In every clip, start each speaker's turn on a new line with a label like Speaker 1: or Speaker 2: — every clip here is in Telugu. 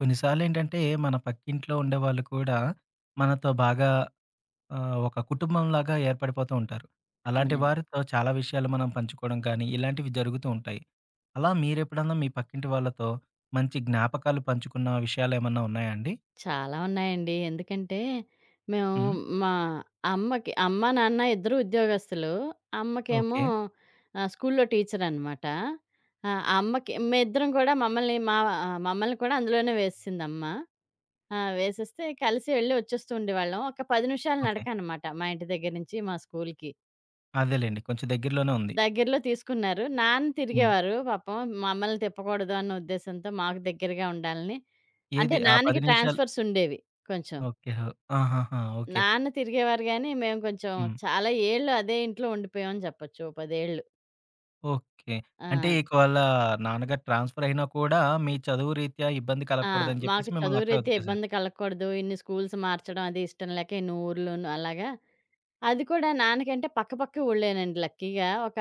Speaker 1: కొన్నిసార్లేంటంటే, మన పక్కింట్లో ఉండేవాళ్ళు కూడా మనతో బాగా ఒక కుటుంబంలాగా ఏర్పడిపోతూ ఉంటారు. అలాంటి
Speaker 2: అవునండి.
Speaker 1: వారితో చాలా విషయాలు మనం పంచుకోవడం కానీ, ఇలాంటివి జరుగుతూ ఉంటాయి. అలా మీరెప్పుడన్నా మీ పక్కింటి వాళ్ళతో మంచి జ్ఞాపకాలు పంచుకున్న విషయాలేమన్నా ఉన్నాయా అండి?
Speaker 2: చాలా ఉన్నాయండి. ఎందుకంటే, మేము
Speaker 1: హ్మ్.
Speaker 2: మా అమ్మకి అమ్మ, నాన్న ఇద్దరూ ఉద్యోగస్తులు. అమ్మకేమో
Speaker 1: ఓకే.
Speaker 2: స్కూల్‌లో టీచరనమాట. అమ్మకి మేమిద్దరం కూడా మమ్మల్ని కూడా అందులోనే వేసేసిందమ్మ. ఆ! వేసేస్తే కలిసి వెళ్లి వచ్చేస్తూ ఉండేవాళ్ళం. ఒక 10 నిమిషాల
Speaker 1: ఓకే.
Speaker 2: నడకనమాట మా ఇంటి దగ్గర నుంచి మా స్కూల్‌కి.
Speaker 1: అదేలెండి. కొంచెం దగ్గరలోనే ఉంది.
Speaker 2: దగ్గరలో తీసుకున్నారు. నాన్న
Speaker 1: హ్మ్.
Speaker 2: తిరిగేవారు పాపం. మమ్మల్ని తిప్పకూడదు అన్న ఉద్దేశ్యంతో మాకు దగ్గరగా ఉండాలని. అంటే
Speaker 1: ఏది ఆ 10
Speaker 2: నాన్నకి
Speaker 1: నిమిషాలు?
Speaker 2: ట్రాన్స్‌ఫర్స్ ఉండేవి కొంచెం.
Speaker 1: ఓకే. ఆహాహా! ఓకే.
Speaker 2: నాన్న తిరిగేవారు గానీ, మేము కొంచెం
Speaker 1: హ్మ్.
Speaker 2: చాలా ఏళ్ళు అదే ఇంట్లో ఉండిపోయామని చెప్పొచ్చు. ఓ 10 ఏళ్ళు.
Speaker 1: ఓకే. అంటే
Speaker 2: ఆ!
Speaker 1: ఈకవేళ నాన్నగారు ట్రాన్స్‌ఫర్ అయినా కూడా మీ చదువు రీత్యా ఇబ్బంది
Speaker 2: ఆ!
Speaker 1: కలగకూడదని చెప్పేసి
Speaker 2: మాకు
Speaker 1: మిమ్మల్ని
Speaker 2: చదువు
Speaker 1: అక్కడే
Speaker 2: రీత్యా
Speaker 1: ఉంచేశారు.
Speaker 2: ఇబ్బంది కలగకూడదు. ఇన్ని స్కూల్స్ మార్చడం అది ఇష్టం లేక ఇన్ని ఊర్లును అలాగా. అది కూడా నాన్నకంటే పక్కపక్కే ఊళ్ళేనండి లక్కీగా.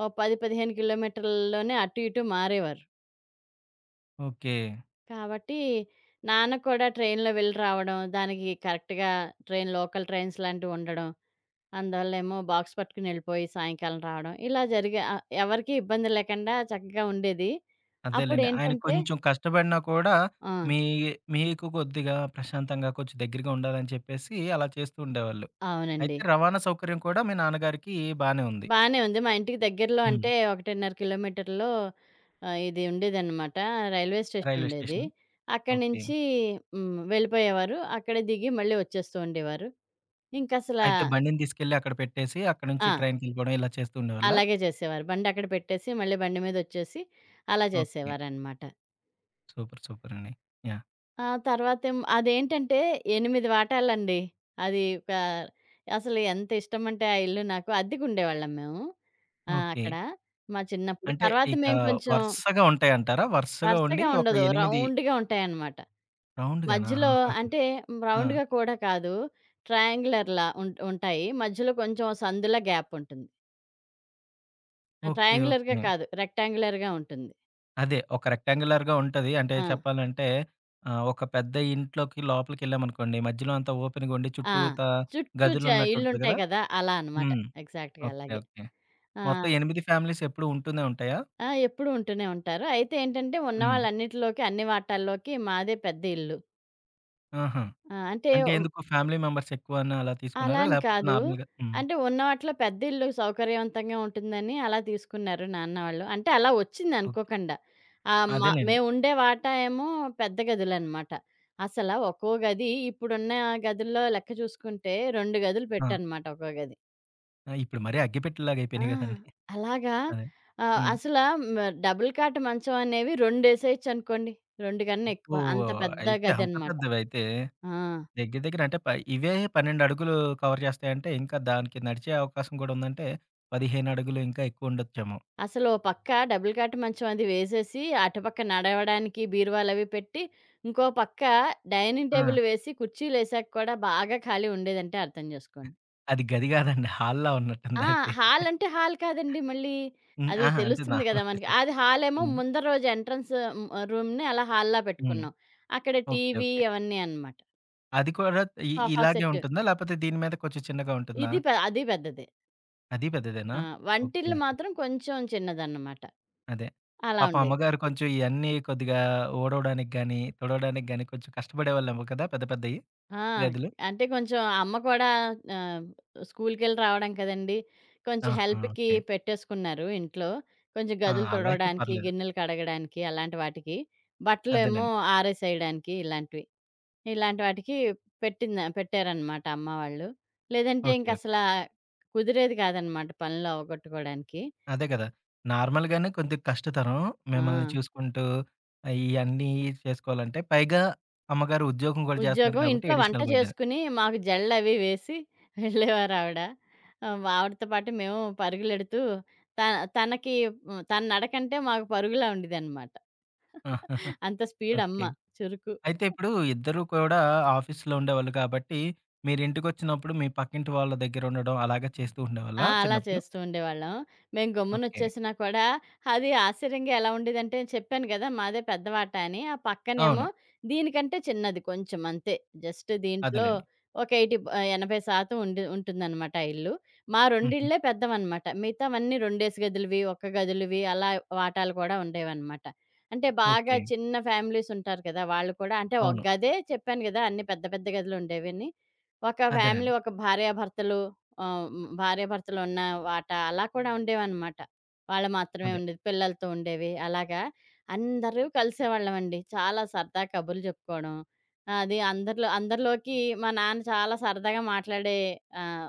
Speaker 2: ఓ 10, 15 కిలోమీటర్లలోనే అటు ఇటు మారేవారు.
Speaker 1: ఓకే.
Speaker 2: కాబట్టి నాన్న కూడా ట్రైన్‌లో వెళ్ళి రావడం, దానికి కరెక్ట్‌గా లోకల్ ట్రైన్స్ లాంటివి ఉండడం. అందువల్లేమో బాక్స్ పట్టుకుని వెళ్ళిపోయి సాయంకాలం రావడం. ఇలా జరిగే ఎవరికీ ఇబ్బంది లేకుండా చక్కగా ఉండేది.
Speaker 1: అదేలెండి. ఆయన
Speaker 2: అప్పుడేంటంటే
Speaker 1: కొంచెం కష్టపడినా కూడా
Speaker 2: ఆ!
Speaker 1: మీ మీకు కొద్దిగా ప్రశాంతంగా కొంచెం దగ్గరగా ఉండాలని చెప్పేసి అలా చేస్తూ ఉండేవాళ్ళు.
Speaker 2: అవునండి.
Speaker 1: అయితే రవాణా సౌకర్యం కూడా మీ నాన్నగారికి బానే ఉంది.
Speaker 2: బానే ఉంది. మా ఇంటికి దగ్గరలో
Speaker 1: హ్మ్.
Speaker 2: అంటే 1.5 కిలోమీటర్‌లో ఇది ఉండేదనమాట. రైల్వే స్టేషన్
Speaker 1: రైల్వే
Speaker 2: ఉండేది.
Speaker 1: స్టేషన్.
Speaker 2: అక్కడి
Speaker 1: ఓకే.
Speaker 2: నుంచి వెళ్ళిపోయేవారు. అక్కడే దిగి మళ్ళీ వచ్చేస్తూ ఉండేవారు. ఇంకసల
Speaker 1: అయితే బండిని తీసుకెళ్ళి అక్కడ పెట్టేసి అక్కడి నుంచి
Speaker 2: ఆ!
Speaker 1: ట్రైన్‌కెళ్ళిపోవడం ఇలా చేస్తూ ఉండేవాళ్ళా?
Speaker 2: అలాగే చేసేవారు. బండి అక్కడ పెట్టేసి మళ్ళీ బండి మీదొచ్చేసి అలా
Speaker 1: ఓకే.
Speaker 2: చేసేవారనమాట.
Speaker 1: సూపర్. సూపర్ అండి. యాహ్!
Speaker 2: తర్వాతేమో, 8 వాటాలండి. అది ఒక అసలు ఎంత ఇష్టమంటే ఆ ఇల్లు నాకు. అద్దెకుండేవాళ్ళం మేము. ఆ!
Speaker 1: ఓకే.
Speaker 2: అక్కడ మా చిన్నప్పుడు.
Speaker 1: అంటే
Speaker 2: తర్వాత
Speaker 1: ఇక
Speaker 2: మేము కొంచెం
Speaker 1: వరుసగా ఉంటాయంటారా? వరుసగా ఉండి
Speaker 2: వరుసగా
Speaker 1: ఒక
Speaker 2: ఉండదు.
Speaker 1: 8?
Speaker 2: రౌండ్‌గా ఉంటాయన్నమాట.
Speaker 1: రౌండ్ గానా?
Speaker 2: మధ్యలో
Speaker 1: ఆహాహా!
Speaker 2: అంటే
Speaker 1: ఆ!
Speaker 2: రౌండ్‌గా కూడా కాదు. ట్రయాంగులర్‌లా ఉం ఉంటాయి. మధ్యలో కొంచెం సందులా గ్యాప్ ఉంటుంది. ఆ!
Speaker 1: ఓకే.
Speaker 2: ట్రయాంగులర్‌గా
Speaker 1: ఓకే.
Speaker 2: కాదు. రెక్టాంగులర్‌గా ఉంటుంది.
Speaker 1: అదే ఒక రెక్టాంగులర్‌గా ఉంటది. అంటే
Speaker 2: ఆ!
Speaker 1: చెప్పాలంటే ఒక పెద్ద ఇంట్లోకి లోపలికెళ్ళామనుకోండి మధ్యలో అంతా ఓపెన్‌గా ఉండి
Speaker 2: ఆ!
Speaker 1: చుట్టూతా
Speaker 2: చుట్టూ చ
Speaker 1: గదులున్నట్టు ఉంటది
Speaker 2: ఇళ్ళుంటాయి
Speaker 1: గదా!
Speaker 2: కదా! అలా అన్నమాట.
Speaker 1: హ్మ్.
Speaker 2: ఎగ్జాక్ట్‌గా
Speaker 1: ఓకే.
Speaker 2: అలాగే.
Speaker 1: ఓకే.
Speaker 2: ఆ!
Speaker 1: మొత్తం 8 ఫ్యామిలీస్ ఎప్పుడూ ఉంటూనే ఉంటాయా?
Speaker 2: ఆ! ఎప్పుడూ ఉంటూనే ఉంటారు. అయితే ఏంటంటే, ఉన్న
Speaker 1: హ్మ్.
Speaker 2: వాళ్ళన్నిటిలోకి అన్ని వాటాల్లోకి మాదే పెద్ద ఇల్లు.
Speaker 1: ఆహా!
Speaker 2: ఆ! అంటే
Speaker 1: అంటే
Speaker 2: హ్మ్,
Speaker 1: ఎందుకు ఫ్యామిలీ మెంబర్స్ ఎక్కువని అలా
Speaker 2: అలా
Speaker 1: తీసుకున్నారా?
Speaker 2: అని
Speaker 1: లేకపోతే
Speaker 2: కాదు.
Speaker 1: నార్మల్‌గా? హ్మ్.
Speaker 2: అంటే ఉన్న వాటిలో పెద్ద ఇల్లు సౌకర్యవంతంగా ఉంటుందని అలా తీసుకున్నారు నాన్న వాళ్ళు. అంటే అలా వచ్చింది
Speaker 1: ఓకే.
Speaker 2: అనుకోకుండా. ఆహ్, మా
Speaker 1: అదేలెండి.
Speaker 2: మేముండే వాటా ఏమో పెద్ద గదులనమాట. ఒక్కో గది ఇప్పుడున్న గదుల్లో లెక్క చూసుకుంటే 2 గదులు
Speaker 1: ఆ!
Speaker 2: పెట్టనమాట ఒక్కో గదికి.
Speaker 1: ఆ! ఇప్పుడు మరీ అగ్గిపెట్టెలాగా
Speaker 2: ఆ!
Speaker 1: అయిపోయినాయి గదండీ.
Speaker 2: అలాగా
Speaker 1: అదే.
Speaker 2: ఆహ్,
Speaker 1: హ్మ్.
Speaker 2: అసల మ డబుల్ కాట్ మంచం అనేవి రెండేసేయొచ్చనుకోండి. 2 కన్నా
Speaker 1: అబ్బో!
Speaker 2: ఎక్కువ. అంత పెద్ద
Speaker 1: అయితే అంత
Speaker 2: గదనమాట.
Speaker 1: పెద్దవైతే.
Speaker 2: ఆ!
Speaker 1: దగ్గర దగ్గర అంటే ఇవే 12 అడుగులు కవర్ చేస్తాయంటే, ఇంకా దానికి నడిచే అవకాశం కూడా ఉందంటే, 15 అడుగులు ఇంకా ఎక్కువ ఉండొచ్చేమో.
Speaker 2: అసలు ఓ పక్క డబుల్ కాట్ మంచం అది వేసేసి, అటుపక్క నడవడానికి బీరువాలవి పెట్టి, ఇంకో పక్క డైనింగ్
Speaker 1: ఆ!
Speaker 2: టేబుల్ వేసి, కుర్చీలేసాక కూడా బాగా ఖాళీ ఉండేదంటే అర్థం జేసుకోండి.
Speaker 1: అది గది కాదండి. హాల్‌లా
Speaker 2: ఆ!
Speaker 1: ఉన్నట్టుందయితే.
Speaker 2: హాల్ అంటే హాల్ కాదండి మళ్ళీ.
Speaker 1: హ్మ్.
Speaker 2: అది
Speaker 1: అహా! అంటే
Speaker 2: తెలుస్తుంది గదా
Speaker 1: నార్మల్‌గా చెప్పా.
Speaker 2: మనకి. అది హాలేమో
Speaker 1: హ్మ్.
Speaker 2: ముందర రోజు ఎంట్రన్స్ హ్మ్, రూమ్‌ని అలా హాల్లా
Speaker 1: హ్మ్.
Speaker 2: పెట్టుకున్నాం. అక్కడ
Speaker 1: ఓకే.
Speaker 2: TV
Speaker 1: okay.
Speaker 2: అవన్నీ అనమాట.
Speaker 1: అది కూడా
Speaker 2: సోఫా
Speaker 1: ఇలాగే
Speaker 2: సెట్.
Speaker 1: ఉంటుందా? లేపోతే దీని మీద కొంచెం చిన్నగా ఉంటుందా?
Speaker 2: ఇది పె అది పెద్దదే.
Speaker 1: అది పెద్దదేనా?
Speaker 2: ఆ!
Speaker 1: ఓకే.
Speaker 2: వంటిల్లు మాత్రం కొంచెం చిన్నదన్నమాట.
Speaker 1: అదే.
Speaker 2: అలా
Speaker 1: పాపం
Speaker 2: ఉండేది.
Speaker 1: అమ్మగారు కొంచెం ఇయన్నీ కొద్దిగా ఊడవడానికి గాని, తుడవడానికి గాని కొంచెం కష్టపడేవాళ్ళేమో కదా! పెద్ద
Speaker 2: ఆ!
Speaker 1: గదులు.
Speaker 2: అంటే కొంచెం అమ్మ కూడా ఆహ్, స్కూల్‌కెళ్ళి రావడం కదండీ! కొంచెం
Speaker 1: ఆహా!
Speaker 2: హెల్ప్‌కి
Speaker 1: ఓకే.
Speaker 2: పెట్టేసుకున్నారు ఇంట్లో. కొంచెం
Speaker 1: ఆ!
Speaker 2: గదులు
Speaker 1: అలా అయితే
Speaker 2: తుడవడానికి,
Speaker 1: పర్లేదు.
Speaker 2: గిన్నెలు కడగడానికి అలాంటి వాటికి. బట్టలేమో
Speaker 1: అదేలెండి.
Speaker 2: ఆరేసేయడానికి ఇలాంటివి. ఇలాంటి వాటికి పెట్టారన్నమాట అమ్మ వాళ్ళు. లేదంటే
Speaker 1: ఓకే. ఓకే.
Speaker 2: కుదిరేది కాదన్నమాట పనులు అవగొట్టుకోవడానికి.
Speaker 1: అదే కదా! నార్మల్‌గానే కొద్దిగా కష్టతరం.
Speaker 2: ఆ!
Speaker 1: మిమ్మల్ని చూసుకుంటూ ఇయన్నీ చేసుకోవాలంటే. పైగా అమ్మగారు ఉద్యోగం కూడా చేస్తున్నారు
Speaker 2: ఉద్యోగం.
Speaker 1: కాబట్టి
Speaker 2: ఇంట్లో వంట
Speaker 1: అడిషనల్ బర్డెన్.
Speaker 2: చేసుకుని, మాకు జడలవి వేసి వెళ్ళేవారావిడ. ఆవిడతో పాటు మేము పరుగులెడుతూ త తనకి తన నడకంటే మాకు పరుగులా ఉండేదనమాట. అంత స్పీడమ్మ.
Speaker 1: ఓకే.
Speaker 2: చురుకు.
Speaker 1: అయితే ఇప్పుడు ఇద్దరు కూడా ఆఫీస్‌లో ఉండేవాళ్ళు కాబట్టి, మీరు ఇంటికొచ్చినప్పుడు మీ పక్కింటి వాళ్ళ దగ్గర ఉండడం అలాగా చేస్తూ
Speaker 2: ఆ!
Speaker 1: ఉండేవాళ్ళా
Speaker 2: అలా
Speaker 1: చిన్నప్పుడు?
Speaker 2: చేస్తూ ఉండేవాళ్ళం. మేము
Speaker 1: ఓకే.
Speaker 2: గమ్మునొచ్చేసినా కూడా అది ఆశ్చర్యంగా ఎలా ఉండేదంటే చెప్పాను కదా! మాదే పెద్దవాట అని. ఆ పక్కనేమో
Speaker 1: అవును.
Speaker 2: దీనికంటే చిన్నది కొంచెం అంతే. జస్ట్ దీంట్లో
Speaker 1: అదేలెండి.
Speaker 2: ఒక 80% ఉండి ఉంటుందనమాట ఆ ఇల్లు. మా 2
Speaker 1: హుహు.
Speaker 2: ఇళ్ళే పెద్దవనమాట. మిగతావన్నీ రెండేసి గదులువి, ఒక్క గదులువి అలా వాటాలు కూడా ఉండేవనమాట. అంటే బాగా
Speaker 1: ఓకే.
Speaker 2: చిన్న ఫ్యామిలీస్ ఉంటారు కదా! వాళ్ళు కూడా అంటే ఒక
Speaker 1: అవును.
Speaker 2: గదే చెప్పాను కదా! అన్ని పెద్ద పెద్ద గదులుండేవని. ఒక ఫ్యామిలీ
Speaker 1: అదేనండి.
Speaker 2: ఒక భార్యాభర్తలు ఆహ్, హ్మ్. భార్యాభర్తలున్న వాటా అలా కూడా ఉండేవనమాట. వాళ్ళు మాత్రమే
Speaker 1: అదే.
Speaker 2: ఉండేది. పిల్లలతో ఉండేవి. అలాగా అందరూ కలిసేవాళ్ళమండి. చాలా సరదా కబుర్లు చెప్పుకోవడం. ఆ, అది అందరిలో అందరిలోకి మా నాన్న చాలా సరదాగా మాట్లాడే ఆహ్,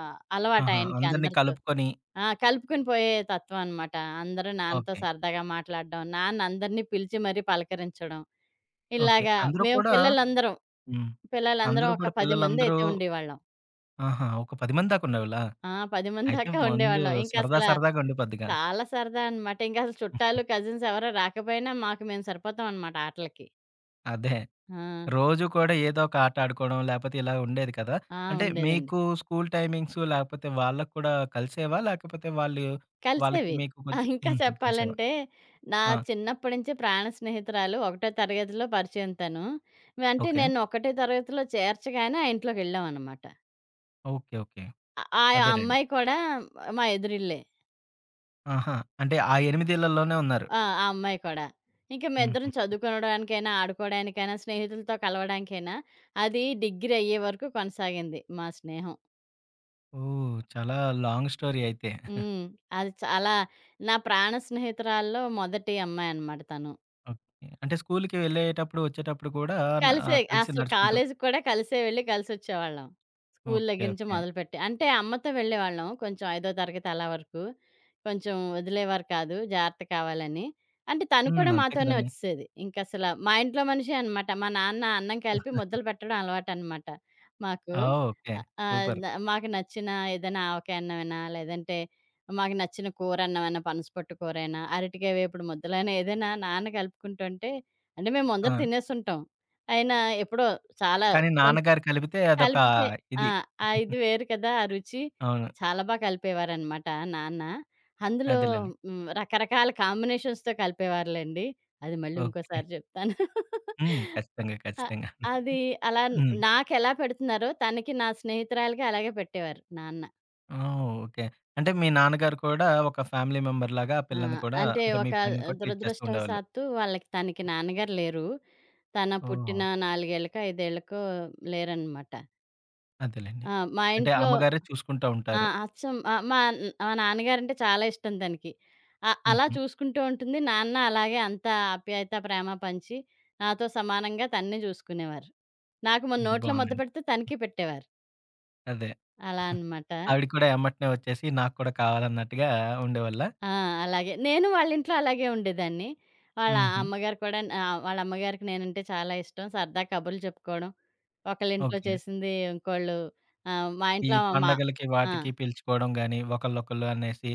Speaker 2: ఆహ్,
Speaker 1: ఆహా!
Speaker 2: అలవాటాయనకి
Speaker 1: అందరిని
Speaker 2: అందరితో.
Speaker 1: కలుపుకొని?
Speaker 2: ఆ! కలుపుకొని పోయే తత్వం అనమాట. అందరూ నాన్నతో
Speaker 1: ఓకే.
Speaker 2: సరదాగా మాట్లాడడం. నాన్న అందరిని పిలిచి మరీ పలకరించడం.
Speaker 1: ఓకే.
Speaker 2: ఇలాగా
Speaker 1: అందరూ
Speaker 2: మేము
Speaker 1: కూడా.
Speaker 2: పిల్లలందరం,
Speaker 1: హ్మ్.
Speaker 2: పిల్లలందరం
Speaker 1: అందరూ కూడా
Speaker 2: ఒక 10
Speaker 1: పిల్లలందరూ?
Speaker 2: మందయితే ఉండేవాళ్ళం.
Speaker 1: ఆహా! ఒక 10 మంది దాకా ఉండేవాళ్ళా?
Speaker 2: ఆ! 10 మంది
Speaker 1: అయితే
Speaker 2: దాకా
Speaker 1: ముందు
Speaker 2: ఉండేవాళ్ళం.
Speaker 1: సరదా సరదాగా ఉండిపోద్దిగా.
Speaker 2: చాలా సరదా అనమాట. ఇంకసలు చుట్టాలు, కజిన్స్ ఎవరు రాకపోయినా మాకు మేము సరిపోతాం అనమాట ఆటలకి.
Speaker 1: అదే.
Speaker 2: ఆ!
Speaker 1: రోజు కూడా ఏదో ఒక ఆట ఆడుకోవడం, లేపోతే ఇలా ఉండేది కదా!
Speaker 2: ఆ!
Speaker 1: అంటే
Speaker 2: ఉండేదండి.
Speaker 1: మీకు స్కూల్ టైమింగ్స్ లేకపోతే వాళ్ళకి కూడా కలిసేవా? లేకపోతే వాళ్ళు వాళ్ళకి
Speaker 2: కలిసేవి.
Speaker 1: మీకు
Speaker 2: ఆ!
Speaker 1: కొంచెం
Speaker 2: ఇంకా
Speaker 1: హుహు. కలిసేవా?
Speaker 2: చెప్పాలంటే నా
Speaker 1: ఆ!
Speaker 2: చిన్నప్పటి నుంచి ప్రాణ స్నేహితురాలు. ఒకటో తరగతిలో పరిచయం తను. అంటే
Speaker 1: ఓకే.
Speaker 2: నేను ఒకటో తరగతిలో చేర్చగానే ఆ ఇంట్లోకెళ్ళామనమాట.
Speaker 1: ఓకే. ఓకే.
Speaker 2: ఆ ఆ
Speaker 1: అదేలెండి.
Speaker 2: అమ్మాయి కూడా మా ఎదురిల్లే.
Speaker 1: ఆహా! అంటే ఆ 8 ఉన్నారు.
Speaker 2: ఆ! ఆ అమ్మాయి కూడా. ఇంక
Speaker 1: హుహు.
Speaker 2: మేమిద్దరం చదువుకోవడానికైనా, ఆడుకోవడానికైనా, స్నేహితులతో కలవడానికైనా అది డిగ్రీ అయ్యే వరకు కొనసాగింది మా స్నేహం.
Speaker 1: ఓహ్! చాలా లాంగ్ స్టోరీ అయితే.
Speaker 2: హ్మ్. అది చాలా నా ప్రాణ స్నేహితురాల్లో మొదటి అమ్మాయనమాట తను.
Speaker 1: ఓకే. అంటే స్కూలుకి వెళ్ళేటప్పుడు, వచ్చేటప్పుడు కూడా న
Speaker 2: కలిసే.
Speaker 1: కలిసి
Speaker 2: అసలు
Speaker 1: నడుచుకుంటూ?
Speaker 2: కాలేజీకి కూడా కలిసే వెళ్లి కలిసొచ్చేవాళ్ళం. School
Speaker 1: okay.
Speaker 2: దగ్గర నుంచి
Speaker 1: ఓకే.
Speaker 2: మొదలుపెట్టి. అంటే అమ్మతో వెళ్ళేవాళ్ళం. కొంచెం ఐదో తరగతి అలా వరకు. కొంచెం వదిలేవారు కాదు. జాగ్రత్త కావాలని. అంటే తను
Speaker 1: హ్మ్.
Speaker 2: కూడా
Speaker 1: అంతే
Speaker 2: మాతోనే
Speaker 1: కదండీ.
Speaker 2: వచ్చేసేది. ఇంకసల మా ఇంట్లో మనిషే అనమాట. మా నాన్న అన్నం కలిపి ముద్దలు పెట్టడం అలవాటనమాట మాకు.
Speaker 1: ఆ! ఓకే.
Speaker 2: ఆహ్, ఆహ్,
Speaker 1: సూపర్.
Speaker 2: న మాకు నచ్చిన ఏదైనా ఆవకాయ అన్నమైనా, లేదంటే మాకు నచ్చిన కూరన్నమైనా, పనసపొట్టు కూరైనా, అరటికాయ వేపుడు ముద్దలైనా ఏదైనా నాన్న కలుపుకుంటుంటే అంటే మేము ముందర
Speaker 1: ఆ!
Speaker 2: తినేసుంటాం. ఆయన ఎప్పుడో చాలా
Speaker 1: కానీ
Speaker 2: కొంచెం
Speaker 1: నాన్నగారు కలిపితే అదొక
Speaker 2: కలిపితే ఆ!
Speaker 1: ఇది.
Speaker 2: ఆ ఇది వేరు కదా! ఆ రుచి.
Speaker 1: అవును.
Speaker 2: చాలా బా కలిపేవారనమాట నాన్న. అందులో
Speaker 1: అదేలెండి.
Speaker 2: రకరకాల కాంబినేషన్స్‌తో కలిపేవారులెండి. అది మళ్ళీ
Speaker 1: ఓకే.
Speaker 2: ఇంకోసారి చెప్తాను.
Speaker 1: హ్మ్. ఖచ్చితంగా.
Speaker 2: అ
Speaker 1: ఖచ్చితంగా.
Speaker 2: అది అలా
Speaker 1: హ్మ్.
Speaker 2: నాకెలా పెడుతున్నారో తనకి నా స్నేహితురాలికి అలాగే పెట్టేవారు నాన్న.
Speaker 1: ఆ! ఓకే. అంటే మీ నాన్నగారు కూడా ఒక ఫ్యామిలీ మెంబర్‌లాగా ఆ
Speaker 2: ఆ!
Speaker 1: పిల్లని కూడా
Speaker 2: అంటే
Speaker 1: అంటే మీ
Speaker 2: ఒక
Speaker 1: ఫ్రెండ్‌ని కూడా ట్రీట్ చేస్తూ ఉండేవాళ్ళు.
Speaker 2: దురదృష్టవశాత్తు వాళ్ళకి తనకి నాన్నగారు లేరు. తన పుట్టిన
Speaker 1: ఓహ్!
Speaker 2: 4 ఏళ్ళకో, 5 ఏళ్ళకో లేరనమాట.
Speaker 1: అదేలెండి.
Speaker 2: ఆ! మా
Speaker 1: అంటే
Speaker 2: ఇంట్లో
Speaker 1: అమ్మగారే చూసుకుంటా
Speaker 2: ఆ!
Speaker 1: ఉంటారు.
Speaker 2: అచ్చం ఆహ్, మా మా నాన్నగారంటే చాలా ఇష్టం తనకి. అలా
Speaker 1: హుహు.
Speaker 2: చూసుకుంటూ ఉంటుంది. నాన్న అలాగే అంత ఆప్యాయత, ప్రేమ పంచి నాతో సమానంగా తన్నే చూసుకునేవారు. నాకు మన
Speaker 1: ఇది
Speaker 2: నోట్లో ముద్ద
Speaker 1: బావుందండి.
Speaker 2: పెడితే తనకి పెట్టేవారు.
Speaker 1: అదే.
Speaker 2: అలా అనమాట.
Speaker 1: ఆవిడ కూడా ఎమ్మటనే వచ్చేసి నాకు కూడా కావాలన్నట్టుగా ఉండేవాళ్ళా?
Speaker 2: ఆ! అలాగే నేను వాళ్ళ ఇంట్లో అలాగే ఉండేదాన్ని. వాళ్ళ
Speaker 1: హుహు.
Speaker 2: అమ్మగారు కూడా ఆహ్, వాళ్ళ అమ్మగారికి నేనంటే చాలా ఇష్టం. సరదా కబుర్లు చెప్పుకోవడం. ఒకళ్ళ ఇంట్లో
Speaker 1: ఓకే.
Speaker 2: చేసింది ఇంకోళ్ళు ఆహ్, మా
Speaker 1: ఈ
Speaker 2: ఇంట్లో మా
Speaker 1: పండగలకి
Speaker 2: ఆ!
Speaker 1: వాటికి పిలుచుకోవడం గాని, ఒకళ్ళనొకళ్ళు అనేసి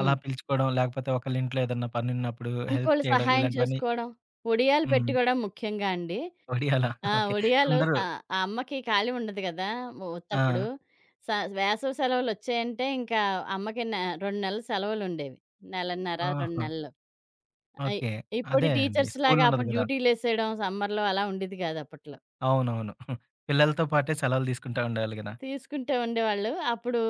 Speaker 1: అలా పిలుచుకోవడం, లేకపోతే ఒకళ్ళింట్లో ఏదన్నా పనున్నప్పుడు హెల్ప్
Speaker 2: ఇంకోళ్ళు
Speaker 1: చేయడం
Speaker 2: సహాయం
Speaker 1: ఇలాంటివన్నీ?
Speaker 2: చేసుకోవడం. ఒడియాలు
Speaker 1: హ్మ్.
Speaker 2: పెట్టుకోవడం ముఖ్యంగా అండి.
Speaker 1: ఒడియాలా?
Speaker 2: ఆ!
Speaker 1: ఓకే.
Speaker 2: ఒడియాలు స
Speaker 1: అందరూ?
Speaker 2: ఆ అమ్మకి ఖాళీ ఉండదు గదా!
Speaker 1: ఆ!
Speaker 2: ఒత్తప్పుడు. స వేసవి సెలవులొచ్చాయంటే ఇంకా అమ్మకి 2 నెలలు సెలవులుండేవి. నెలన్నర, 2
Speaker 1: ఆహా!
Speaker 2: నెలలు. అయ్
Speaker 1: ఓకే.
Speaker 2: ఇప్పుడు
Speaker 1: అదే అండి.
Speaker 2: టీచర్స్‌లాగా
Speaker 1: స్కూలుండదు
Speaker 2: అప్పుడు
Speaker 1: గదా!
Speaker 2: డ్యూటీలేసేయడం సమ్మర్‌లో అలా ఉండేది కాదు అప్పట్లో.
Speaker 1: అవునవును. పిల్లలతో పాటే సెలవులు తీసుకుంటా ఉండాలి గదా!
Speaker 2: తీసుకుంటే ఉండేవాళ్ళు. అప్పుడు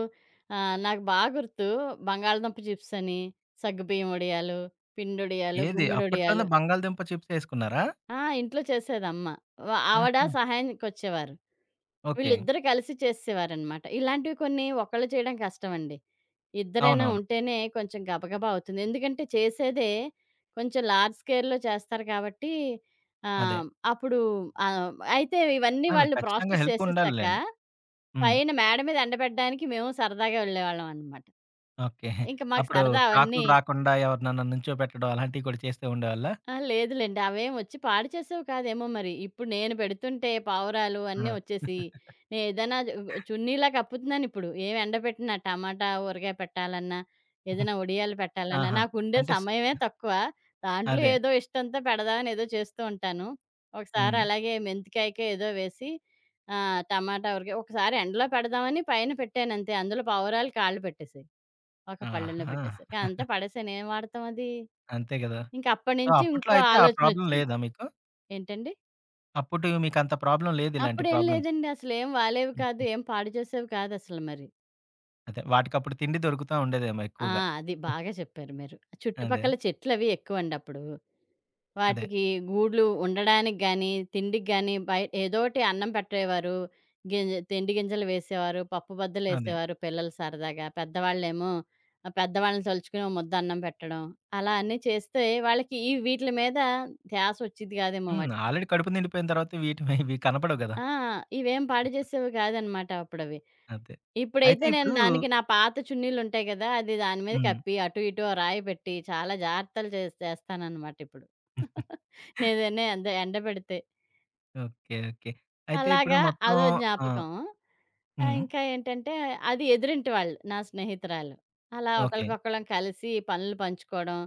Speaker 2: నాకు బాగా గుర్తు బంగాళదుంప చిప్సని, సగ్గుబియ్యం వడియాలు, పిండొడియాలు,
Speaker 1: ఏది
Speaker 2: గుమ్మడొడియాలు.
Speaker 1: అప్పట్లోనే బంగాళదుంప చిప్స్ ఏసుకున్నారా?
Speaker 2: ఆ! ఇంట్లో చేసేదమ్మ. ఆవిడ
Speaker 1: ఆహా!
Speaker 2: సహాయానికొచ్చేవారు.
Speaker 1: ఓకే.
Speaker 2: వీళ్ళిద్దరూ కలిసి చేసేసేవారనమాట. ఇలాంటివి కొన్ని ఒక్కళ్ళు చేయడం కష్టమండి. ఇద్దరైనా
Speaker 1: అవునవును.
Speaker 2: ఉంటేనే కొంచెం గబగబా అవుతుంది. ఎందుకంటే చేసేదే కొంచెం లార్జ్ స్కేల్‌లో చేస్తారు కాబట్టి
Speaker 1: అదే.
Speaker 2: ఆహ్, అప్పుడు అయితే ఇవన్నీ
Speaker 1: అవును.
Speaker 2: వాళ్ళు
Speaker 1: ఖచ్చితంగా
Speaker 2: ప్రాసెస్
Speaker 1: హెల్ప్
Speaker 2: చేసేసాక
Speaker 1: ఉండాలిలెండి. హ్మ్.
Speaker 2: పైన మేడ మీద ఎండబెట్టడానికి మేము సరదాగా వెళ్ళేవాళ్ళం అనమాట.
Speaker 1: ఓకే.
Speaker 2: ఇంక మాకు
Speaker 1: అప్పుడు
Speaker 2: సరదా
Speaker 1: కాకులు
Speaker 2: అవన్నీ
Speaker 1: రాకుండా ఎవరినన్నా నుంచోబెట్టడం అలాంటివి కూడా చేస్తూ ఉండేవాళ్ళా?
Speaker 2: ఆ! లేదులెండి. అవేమొచ్చి పాడు చేసేవి కాదేమో మరి. ఇప్పుడు నేను పెడుతుంటే పావురాలు అన్నీ
Speaker 1: ఆ!
Speaker 2: ఒచ్చేసి, నేనేదైనా జు చున్నీలా కప్పుతున్నానిప్పుడు. ఏం ఎండబెట్టినా టమాటా, ఊరగాయ పెట్టాలన్నా, ఏదైనా ఒడియాలు పెట్టాలన్నా,
Speaker 1: ఆహా!
Speaker 2: నాకుండే
Speaker 1: అంటే స్
Speaker 2: సమయమే తక్కువ. దాంట్లో
Speaker 1: అదే.
Speaker 2: ఏదో ఇష్టంతో పెడదామని ఏదో చేస్తూ ఉంటాను. ఒకసారి
Speaker 1: హ్మ్.
Speaker 2: అలాగే మెంతికాయకో ఏదో వేసి టమాటా, ఊరగాయ ఒకసారి ఎండలో పెడదామని పైన పెట్టానంతే. అందులో పావురాలు కాళ్ళు పెట్టేసాయి. ఒక పళ్ళెంలో
Speaker 1: ఆహా!
Speaker 2: పెట్టేసరికి అంతా పడేసాను. ఏం వాడతాం అది?
Speaker 1: అంతే గదా!
Speaker 2: ఇంకా
Speaker 1: సో,
Speaker 2: అప్పటినుంచి
Speaker 1: అప్పట్లో
Speaker 2: ఇంకో
Speaker 1: అయితే ఆ ప్రాబ్లమ్
Speaker 2: ఆలోచనొచ్చింది.
Speaker 1: లేదా మీకు?
Speaker 2: ఏంటండి?
Speaker 1: అప్పుడు మీకంత ప్రాబ్లమ్ లేదు ఇలాంటి
Speaker 2: అప్పుడేం
Speaker 1: ప్రాబ్లమ్స్.
Speaker 2: లేదండి. అసలేం వాలేవి కాదు.
Speaker 1: హుహు.
Speaker 2: ఏం పాడు చేసేవి కాదసలు మరి.
Speaker 1: అదే వాటికప్పుడు తిండి దొరుకుతా ఉండేదేమో
Speaker 2: ఆ!
Speaker 1: ఎక్కువగా.
Speaker 2: అది బాగా చెప్పారు మీరు.
Speaker 1: అదే.
Speaker 2: చుట్టుపక్కల చెట్లవి ఎక్కువండి అప్పుడు.
Speaker 1: అదే.
Speaker 2: వాటికి గూళ్ళు ఉండడానికి గానీ, తిండికి గానీ ఏదోటి అన్నం పెట్టేవారు. గింజలు వేసేవారు. పప్పు
Speaker 1: అదే.
Speaker 2: బద్దలేసేవారు పిల్లలు సరదాగా. పెద్దవాళ్ళేమో పెద్దవాళ్ళని తలుచుకుని ఓ ముద్ద అన్నం పెట్టడం. అలా అన్నీ చేస్తే వాళ్ళకి ఈ వీట్లి మీద ధ్యాసొచ్చేది కాదేమో
Speaker 1: హ్మ్.
Speaker 2: వాటికి.
Speaker 1: ఆల్రెడీ కడుపు నిండిపోయిన తర్వాత వీటి ఇవి కనపడవు గదా!
Speaker 2: ఆ! ఇవేం పాడు చేసేవి కాదనమాట అప్పుడవి.
Speaker 1: అదే. అయితే
Speaker 2: ఇప్పుడైతే నేను
Speaker 1: ఇప్పుడు?
Speaker 2: దానికి నా పాత చున్నీలుంటాయి కదా! అది దాని మీద
Speaker 1: హ్మ్.
Speaker 2: కప్పి, అటు ఇటు ఓ రాయి పెట్టి చాలా జాగ్రత్తలు చేస్తాననమాట ఇప్పుడు. ఏదైనా ఎండబెడితే.
Speaker 1: ఓకే. ఓకే. అయితే ఇప్పుడు
Speaker 2: అలాగా
Speaker 1: మొత్తం?
Speaker 2: అదో
Speaker 1: ఆ!
Speaker 2: జ్ఞాపకం. ఆ!
Speaker 1: హ్మ్.
Speaker 2: ఇంకా ఏంటంటే అది ఎదురింటి వాళ్ళు నా స్నేహితురాలు. అలా
Speaker 1: ఓకే.
Speaker 2: ఒకళ్ళకొకళ్ళం కలిసి పనులు పంచుకోవడం,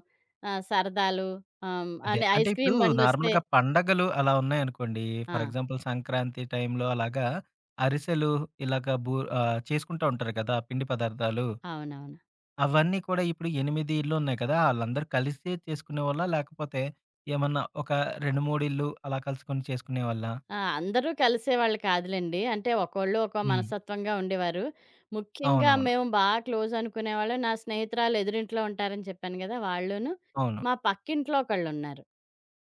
Speaker 2: సరదాలు
Speaker 1: అదే.
Speaker 2: అంటే
Speaker 1: అంటే
Speaker 2: ఐస్
Speaker 1: ఇప్పుడు
Speaker 2: క్రీమ్ బండొస్తే
Speaker 1: నార్మల్‌గా పండగలు అలా ఉన్నాయనుకోండి.
Speaker 2: ఆ!
Speaker 1: ఫర్ ఎగ్జాంపుల్ సంక్రాంతి టైంలో అలాగా అరిసెలు ఇలాగ చేసుకుంటా ఉంటారు కదా! పిండి పదార్థాలు.
Speaker 2: అవునవును.
Speaker 1: అవన్నీ కూడా ఇప్పుడు 8 ఇళ్ళు ఉన్నాయి కదా! ఆళ్ళందరూ కలిసే చేసుకునేవాళ్ళా? లేకపోతే ఏమన్నా ఒక 2, 3 ఇళ్ళు అలా కలుసుకొని చేసుకునేవాళ్ళా?
Speaker 2: ఆ! అందరూ కలిసేవాళ్ళు కాదులెండి. అంటే ఒక్కోళ్ళు ఒక్కో
Speaker 1: హ్మ్.
Speaker 2: మనస్తత్వంగా ఉండేవారు. ముఖ్యంగా
Speaker 1: అవునవును.
Speaker 2: మేము క్లోజ్ అనుకునేవాళ్ళం. నా స్నేహితురాలు ఎదురింట్లో ఉంటారని చెప్పాను గదా! వాళ్ళును,
Speaker 1: అవును.
Speaker 2: మా పక్కింట్లో ఒకళ్ళున్నారు.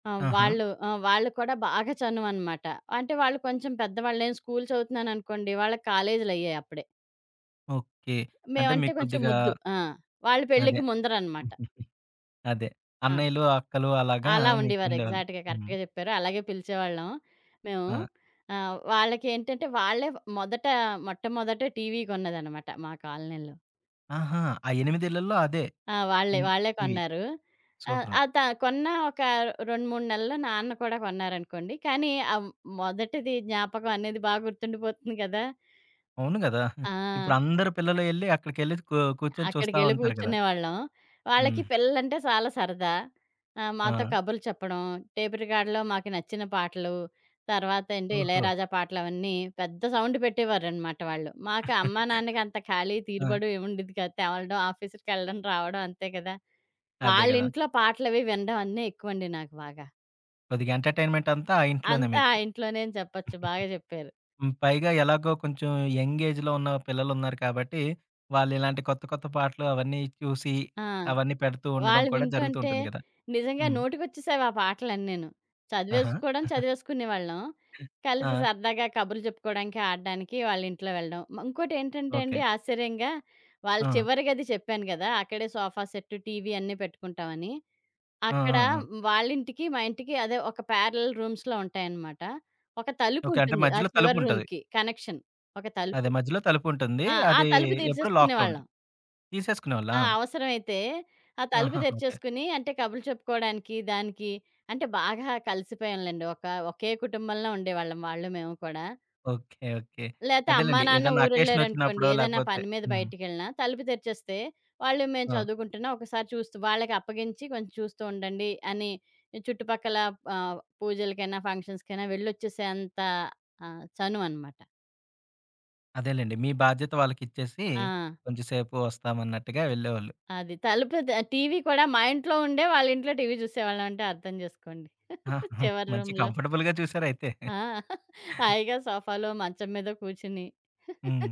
Speaker 2: ఆ!
Speaker 1: ఆహా!
Speaker 2: వాళ్ళు ఆ! వాళ్ళు కూడా బాగా చనువనమాట. అంటే వాళ్ళు కొంచెం పెద్దవాళ్ళు. నేను స్కూలు చదువుతున్నాననుకోండి, వాళ్ళకి కాలేజీలయ్యాయి అప్పుడే.
Speaker 1: ఓకే. అంటే
Speaker 2: మేమంటే
Speaker 1: మీకు
Speaker 2: కొంచెం
Speaker 1: కొద్దిగా?
Speaker 2: ముద్దు. ఆ! వాళ్ళు
Speaker 1: అదే.
Speaker 2: పెళ్ళికి ముందరనమాట.
Speaker 1: అదే.
Speaker 2: ఆ!
Speaker 1: అన్నయ్యలు, అక్కలు అలాగా
Speaker 2: అలా
Speaker 1: మీకు
Speaker 2: ఉండేవారు.
Speaker 1: ఉండేవాళ్ళు.
Speaker 2: ఎగ్జాక్ట్‌గా
Speaker 1: హ్మ్.
Speaker 2: కరెక్ట్‌గా చెప్పారు. అలాగే పిలిచేవాళ్ళం మేము.
Speaker 1: ఆ!
Speaker 2: వాళ్ళకేంటంటే వాళ్ళే మొదట మొట్టమొదట టీవీ కొన్నదనమాట మా కాలనీలో.
Speaker 1: ఆహా! ఆ 8 ఇళ్లలో అదే.
Speaker 2: ఆ! వాళ్ళే,
Speaker 1: ఇన్
Speaker 2: వాళ్ళే
Speaker 1: ఇవి.
Speaker 2: కొన్నారు. ఆహ్,
Speaker 1: సూపరు.
Speaker 2: ఆ! త కొన్న ఒక 2, 3 నెలల్లో నాన్న కూడా కొన్నారనుకోండి. కానీ ఆ మొదటిది జ్ఞాపకం అనేది గుర్తుండిపోతుంది కదా!
Speaker 1: అవును గదా!
Speaker 2: ఆ!
Speaker 1: ఇప్పుడు అందరు పిల్లలు ఎళ్లి అక్కడికెళ్లి కూర్చొని చూస్తా
Speaker 2: అక్కడికెళ్ళి
Speaker 1: ఉంటారు కదా!
Speaker 2: కూర్చునేవాళ్ళం.
Speaker 1: హ్మ్.
Speaker 2: వాళ్ళకి పిల్లలంటే చాలా సరదా.
Speaker 1: ఆ!
Speaker 2: మాతో కబుర్లు చెప్పడం, టేప్ రికార్డ్‌లో మాకు నచ్చిన పాటలు, తర్వాత ఏంటి
Speaker 1: ఓహో!
Speaker 2: ఇళయరాజా పాటలవన్నీ పెద్ద సౌండ్ పెట్టేవారనమాట వాళ్ళు. మాకు అమ్మా, నాన్నకి అంత ఖాళీ
Speaker 1: ఆ!
Speaker 2: తీరుబడు ఏముండేది కాదు. తేవలడం, ఆఫీసుకెళ్ళడం, రావడం అంతే కదా!
Speaker 1: అదే గదా!
Speaker 2: వాళ్ళింట్లో పాటలవి వినడం అన్నీ ఎక్కువండి నాకు బాగా.
Speaker 1: కొద్దిగా ఎంటర్‌టైన్‌మెంట్ అంతా ఆ ఇంట్లోనే
Speaker 2: అంతా ఆ
Speaker 1: మీకు.
Speaker 2: ఇంట్లోనే అని చెప్పొచ్చు. బాగా చెప్పారు.
Speaker 1: హ్మ్. పైగా ఎలాగో కొంచెం యంగ్ ఏజ్‌లో ఉన్న పిల్లలున్నారు కాబట్టి, వాళ్ళు ఇలాంటి కొత్త కొత్త పాటలు అవన్నీ చూసి,
Speaker 2: ఆ!
Speaker 1: అవన్నీ పెడుతూ ఉండడం
Speaker 2: వాళ్ళు
Speaker 1: కూడా జరుగుతూ
Speaker 2: వింటుంటే
Speaker 1: ఉంటుంది గదా!
Speaker 2: నిజంగా
Speaker 1: హ్మ్.
Speaker 2: నోటికొచ్చేసావి ఆ పాటలన్నీను.
Speaker 1: ఆహా!
Speaker 2: చదివేసుకునేవాళ్ళం. కలిసి
Speaker 1: ఆ!
Speaker 2: సరదాగా కబుర్లు చెప్పుకోవడానికి, ఆడడానికి వాళ్ళ ఇంట్లో వెళ్ళడం. ఇంకోటేంటంటే
Speaker 1: ఓకే.
Speaker 2: అండి ఆశ్చర్యంగా వాళ్ళు
Speaker 1: ఆ!
Speaker 2: చివరి గది చెప్పాను గదా! అక్కడే సోఫా సెట్, టీవీ అన్నీ పెట్టుకుంటామని.
Speaker 1: ఆ!
Speaker 2: అక్కడ
Speaker 1: ఆ! ఆ!
Speaker 2: వాళ్ళింటికి, మా ఇంటికి అదే ఒక ప్యారలల్ రూమ్స్‌లో ఉంటాయన్నమాట. ఒక
Speaker 1: ఓకే. అంటే
Speaker 2: తలుపుంటుంది ఆ
Speaker 1: మధ్యలో
Speaker 2: చివరి
Speaker 1: తలుపుంటది.
Speaker 2: రూమ్‌కి కనెక్షన్. ఒక
Speaker 1: అదే
Speaker 2: తలుపు.
Speaker 1: మధ్యలో తలుపుంటుంది.
Speaker 2: ఆ! ఆ
Speaker 1: అది
Speaker 2: తలుపు
Speaker 1: ఎప్పుడు లాక్‌లో ఉంటది.
Speaker 2: తీర్చేసుకునేవాళ్ళం.
Speaker 1: తీసేసుకునేవాళ్ళా?
Speaker 2: ఆ! అవసరమైతే ఆ తలుపు
Speaker 1: ఆహా! ఓకే.
Speaker 2: తెరిచేసుకుని అంటే కబుర్లు చెప్పుకోవడానికి, దానికి అంటే బాగా కలిసిపోయాంలెండి. ఒకే కుటుంబంలో ఉండేవాళ్ళం వాళ్ళు మేము కూడా.
Speaker 1: ఓకే. ఓకే.
Speaker 2: లేతే అమ్మా,
Speaker 1: అదేలెండి.
Speaker 2: నాన్న
Speaker 1: ఏదన్నా అకేషన్
Speaker 2: ఊరెళ్ళారనుకోండి,
Speaker 1: వచ్చినప్పుడో
Speaker 2: ఏదైనా
Speaker 1: లేకపోతే?
Speaker 2: పని మీద
Speaker 1: హ్మ్.
Speaker 2: బయటికెళ్ళినా తలుపు తెరిచేస్తే వాళ్ళు మేము
Speaker 1: ఆ!
Speaker 2: చదువుకుంటున్నాం ఒకసారి చూస్తూ వాళ్ళకి అప్పగించి కొంచెం చూస్తూ ఉండండి అని చుట్టుపక్కల పూజలకైనా, ఫంక్షన్స్‌కైనా వెళ్ళొచ్చేసేంత చనువు అనమాట.
Speaker 1: అదేలెండి. మీ బాధ్యత వాళ్ళకిచ్చేసి
Speaker 2: ఆ!
Speaker 1: కొంచెం సేపు వస్తామన్నట్టుగా వెళ్ళేవాళ్ళు.
Speaker 2: అది. తలుపు ద టీవీ కూడా మా ఇంట్లో ఉండే వాళ్ళ ఇంట్లో టీవీ చూసేవాళ్ళం అంటే అర్థం చేసుకోండి.
Speaker 1: ఆహా!
Speaker 2: చివరి
Speaker 1: మంచి
Speaker 2: రూమ్‌లో.
Speaker 1: కంఫర్టబుల్‌గా చూసారయితే.
Speaker 2: ఆ! హాయిగా సోఫాలో, మంచం మీద కూర్చొని
Speaker 1: హ్మ్.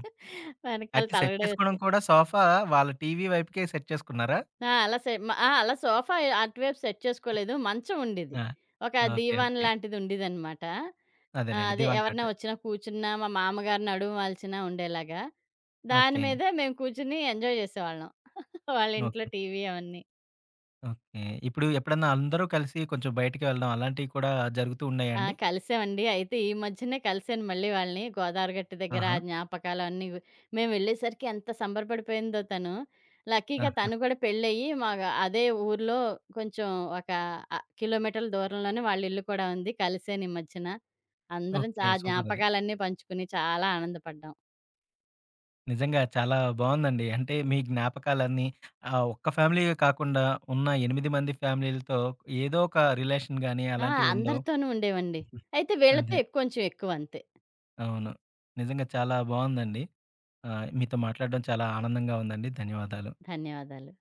Speaker 2: వెనకాల
Speaker 1: అయితే సెట్
Speaker 2: తలగడ
Speaker 1: చేసుకోవడం
Speaker 2: వేసుకొని
Speaker 1: కూడా సోఫా వాళ్ళ టీవీ వైపుకే సెట్ చేసుకున్నారా?
Speaker 2: ఆ! అలా సె మ ఆ! అలా సోఫా అటువైపు సెట్ చేసుకోలేదు. మంచం ఉండేది.
Speaker 1: ఆ!
Speaker 2: ఒక
Speaker 1: ఓకే.
Speaker 2: దీవాన్
Speaker 1: ఓకే.
Speaker 2: లాంటిది ఉండేదనమాట. ఆ!
Speaker 1: అదేలెండి.
Speaker 2: అదే
Speaker 1: దివాన్
Speaker 2: ఎవరైనా
Speaker 1: కట్.
Speaker 2: వచ్చినా కూర్చున్నా, మా మామగారు నడుము వాల్చినా ఉండేలాగా. దాని
Speaker 1: ఓకే.
Speaker 2: మీద మేము కూర్చొని ఎంజాయ్ చేసేవాళ్ళం. వాళ్ళ ఇంట్లో
Speaker 1: ఓకే.
Speaker 2: టీవీ అవన్నీ.
Speaker 1: ఓకే. ఇప్పుడు ఎప్పుడన్నా అందరూ కలిసి కొంచెం బయటికి వెళ్ళడం అలాంటివి కూడా జరుగుతూ ఉన్నాయా
Speaker 2: ఆ!
Speaker 1: అండి?
Speaker 2: కలిసామండి. అయితే ఈ మధ్యనే కలిసాను మళ్ళీ వాళ్ళని. గోదావరి గట్టు దగ్గర
Speaker 1: ఆహా!
Speaker 2: ఆ జ్ఞాపకాలన్నీ గు మేము వెళ్ళేసరికి ఎంత సంబరపడిపోయిందో తను. లక్కీగా
Speaker 1: ఆ!
Speaker 2: తను కూడా పెళ్ళయ్యి మాగా అదే ఊర్లో కొంచెం ఒక కిలోమీటర్ల దూరంలోనే వాళ్ళ ఇల్లు కూడా ఉంది. కలిసాను ఈ మధ్యన. అందరం చ
Speaker 1: ఓకే.
Speaker 2: ఆ
Speaker 1: సూపరది.
Speaker 2: జ్ఞాపకాలన్నీ పంచుకుని చాలా ఆనందపడ్డాం.
Speaker 1: నిజంగా చాలా బావుందండి. అంటే మీ జ్ఞాపకాలన్నీ ఒక్క ఫ్యామిలీయే కాకుండా ఉన్న 8 మంది ఫ్యామిలీలతో ఏదో ఒక రిలేషన్ గాని
Speaker 2: ఆ!
Speaker 1: అలాంటివి ఉండవు.
Speaker 2: అందరితోనూ ఉండేవండి. అయితే వీళ్ళతో
Speaker 1: అదే.
Speaker 2: కొంచెం ఎక్కువ అంతే.
Speaker 1: అవును. నిజంగా చాలా బావుందండి. మీతో మాట్లాడడం చాలా ఆనందంగా ఉందండి. ధన్యవాదాలు.
Speaker 2: ధన్యవాదాలు.